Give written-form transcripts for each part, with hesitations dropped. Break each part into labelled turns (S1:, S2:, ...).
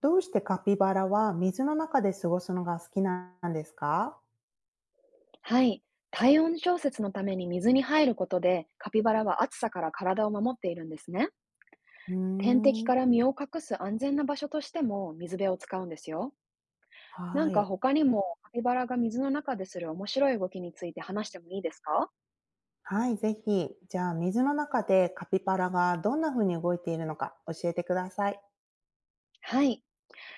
S1: どうしてカピバラは水の中で過ごすのが好きなんですか？
S2: はい。体温調節のために水に入ることで、カピバラは暑さから体を守っているんですね。
S1: うー
S2: 天敵
S1: ん、
S2: から身を隠す安全な場所としても水辺を使うんですよ。な
S1: は
S2: んか
S1: い。
S2: 他にもカピバラが水の中でする面白い動きについて話してもいいですか？
S1: はい、ぜひ。じゃあ、水の中でカピバラがどんな風に動いているのか教えてください。
S2: はい。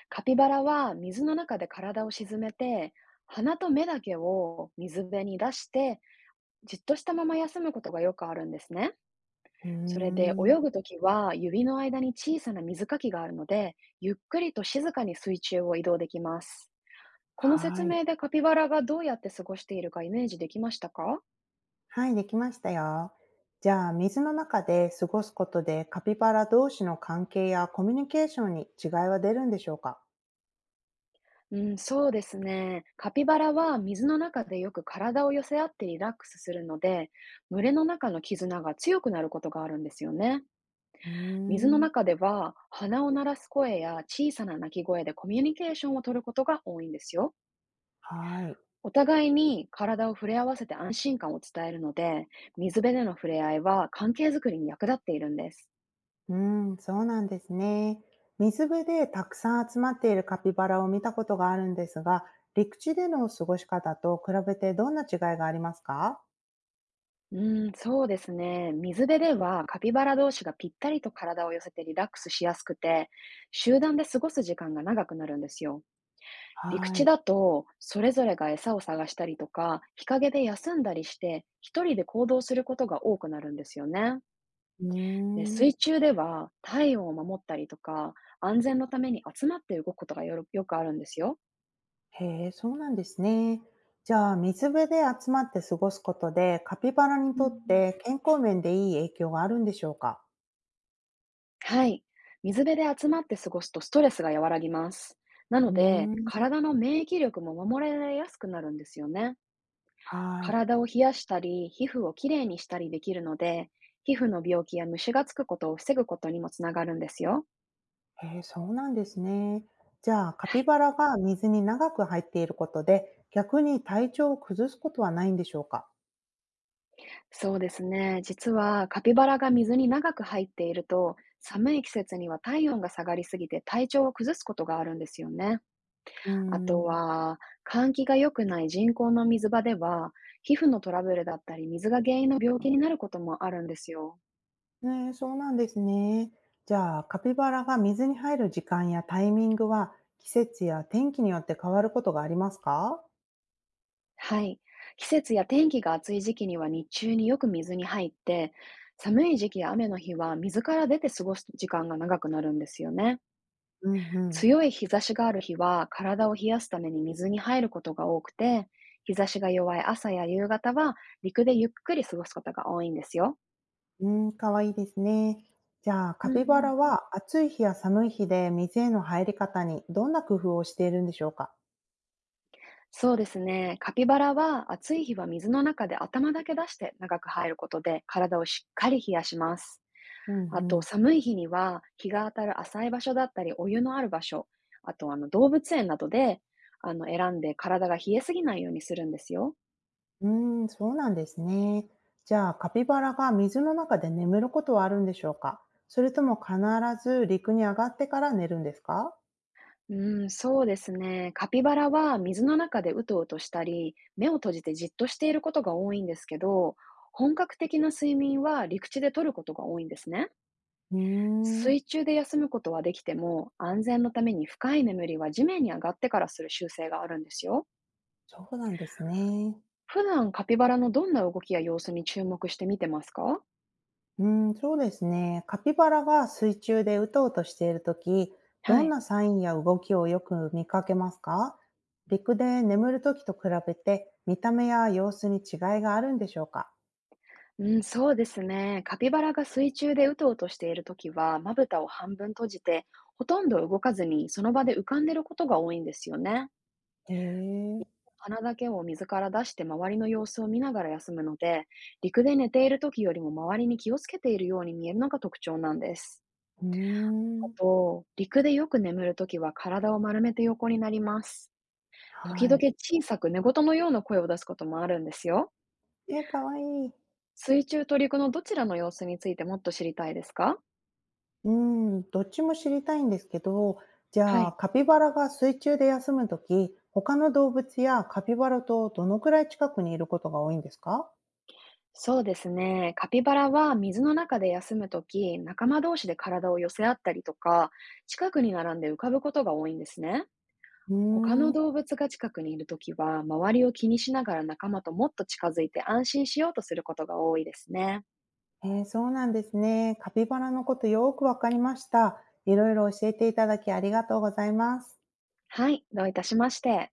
S2: カピバラは水の中で体を沈めて、鼻と目だけを水辺に出して、じっとしたまま休むことがよくあるんですね。
S1: うー
S2: それで
S1: ん、
S2: 泳ぐときは指の間に小さな水かきがあるので、ゆっくりと静かに水中を移動できます。この説
S1: はい。
S2: 明でカピバラがどうやって過ごしているかイメージできましたか？
S1: はい、できましたよ。じゃあ、水の中で過ごすことでカピバラ同士の関係やコミュニケーションに違いは出るんでしょうか？
S2: うん、そうですね。カピバラは水の中でよく体を寄せ合ってリラックスするので、群れの中の絆が強くなることがあるんですよね。
S1: うー
S2: 水の
S1: ん、
S2: 中では鼻を鳴らす声や小さな鳴き声でコミュニケーションを取ることが多いんですよ。
S1: はい。
S2: お互いに体を触れ合わせて安心感を伝えるので、水辺での触れ合いは関係づくりに役立っているんです。
S1: うーん、そうなんですね。水辺でたくさん集まっているカピバラを見たことがあるんですが、陸地での過ごし方と比べてどんな違いがありますか？
S2: うん、そうですね。水辺ではカピバラ同士がぴったりと体を寄せてリラックスしやすくて、集団で過ごす時間が長くなるんですよ。陸
S1: は
S2: 地
S1: い。
S2: だと、それぞれが餌を探したりとか、日陰で休んだりして、一人で行動することが多くなるんですよね。
S1: うー
S2: で、
S1: ん。
S2: 水中では体温を守ったりとか、安全のために集まって動くことがよくあるんですよ。
S1: へえ、そうなんですね。じゃあ、水辺で集まって過ごすことで、カピバラに
S2: うんう
S1: とっ
S2: ん、
S1: て健康面でいい影響があるんでしょうか？
S2: はい。水辺で集まって過ごすとストレスが和らぎます。なの
S1: う
S2: で、
S1: ーん。
S2: 体の免疫力も守られやすくなるんですよね。
S1: はい。
S2: 体を冷やしたり、皮膚をきれいにしたりできるので、皮膚の病気や虫がつくことを防ぐことにもつながるんですよ。
S1: へえ、そうなんですね。じゃあ、カ
S2: は
S1: ピ
S2: い。
S1: バラが水に長く入っていることで、逆に体調を崩すことはないんでしょうか？
S2: そうですね。実は、カピバラが水に長く入っていると、寒い季節には体温が下がりすぎて体調を崩すことがあるんですよね。
S1: うー
S2: あと
S1: ん。
S2: は、換気が良くない人工の水場では、皮膚のトラブルだったり、水が原因の病気になることもあるんですよ。
S1: ねえ、そうなんですね。じゃあ、カピバラが水に入る時間やタイミングは、季節や天気によって変わることがありますか？
S2: はい。季節や天気が暑い時期には日中によく水に入って、寒い時期や雨の日は水から出て過ごす時間が長くなるんですよね。
S1: うんうん。
S2: 強い日差しがある日は体を冷やすために水に入ることが多くて、日差しが弱い朝や夕方は陸でゆっくり過ごすことが多いんですよ。
S1: うん、かわいいですね。じゃあ、
S2: う
S1: カ
S2: ん
S1: ピ
S2: う
S1: バ
S2: ん、
S1: ラは暑い日や寒い日で水への入り方にどんな工夫をしているんでしょうか？
S2: そうですね。カピバラは暑い日は水の中で頭だけ出して長く入ることで体をしっかり冷やします。
S1: うん
S2: あ
S1: う
S2: と、
S1: ん。
S2: 寒い日には日が当たる浅い場所だったり、お湯のある場所、あと動物園などで、選んで体が冷えすぎないようにするんですよ。
S1: うーん、そうなんですね。じゃあ、カピバラが水の中で眠ることはあるんでしょうか？それとも必ず陸に上がってから寝るんですか？
S2: うん、そうですね。カピバラは水の中でうとうとしたり、目を閉じてじっとしていることが多いんですけど、本格的な睡眠は陸地で取ることが多いんですね。
S1: うーん、
S2: 水中で休むことはできても、安全のために深い眠りは地面に上がってからする習性があるんですよ。
S1: そうなんですね。
S2: 普段カピバラのどんな動きや様子に注目して見てますか？
S1: うーん、そうですね。カピバラが水中でうとうとしているとき、
S2: は
S1: どん
S2: い。
S1: なサインや動きをよく見かけますか？陸で眠るときと比べて、見た目や様子に違いがあるんでしょうか？
S2: うん、そうですね。カピバラが水中でうとうとしているときは、まぶたを半分閉じて、ほとんど動かずにその場で浮かんでることが多いんですよね。
S1: えー、
S2: 鼻だけを水から出して周りの様子を見ながら休むので、陸で寝ているときよりも周りに気をつけているように見えるのが特徴なんです。
S1: うー
S2: あ
S1: ん、
S2: と、陸でよく眠るときは体を丸めて横になります。時
S1: は
S2: 々
S1: い。
S2: 小さく寝言のような声を出すこともあるんですよ。
S1: えー、かわいい。
S2: 水中と陸のどちらの様子についてもっと知りたいですか？
S1: うん、どっちも知りたいんですけど、じ
S2: は
S1: ゃあ
S2: い。
S1: カピバラが水中で休むとき、他の動物やカピバラとどのくらい近くにいることが多いんですか？
S2: そうですね。カピバラは水の中で休むとき、仲間同士で体を寄せ合ったりとか、近くに並んで浮かぶことが多いんですね。
S1: う
S2: 他
S1: ー
S2: の
S1: ん、
S2: 動物が近くにいるときは、周りを気にしながら仲間ともっと近づいて安心しようとすることが多いですね。
S1: えーそうなんですね。カピバラのことよくわかりました。いろいろ教えていただきありがとうございます。
S2: はい、どういたしまして。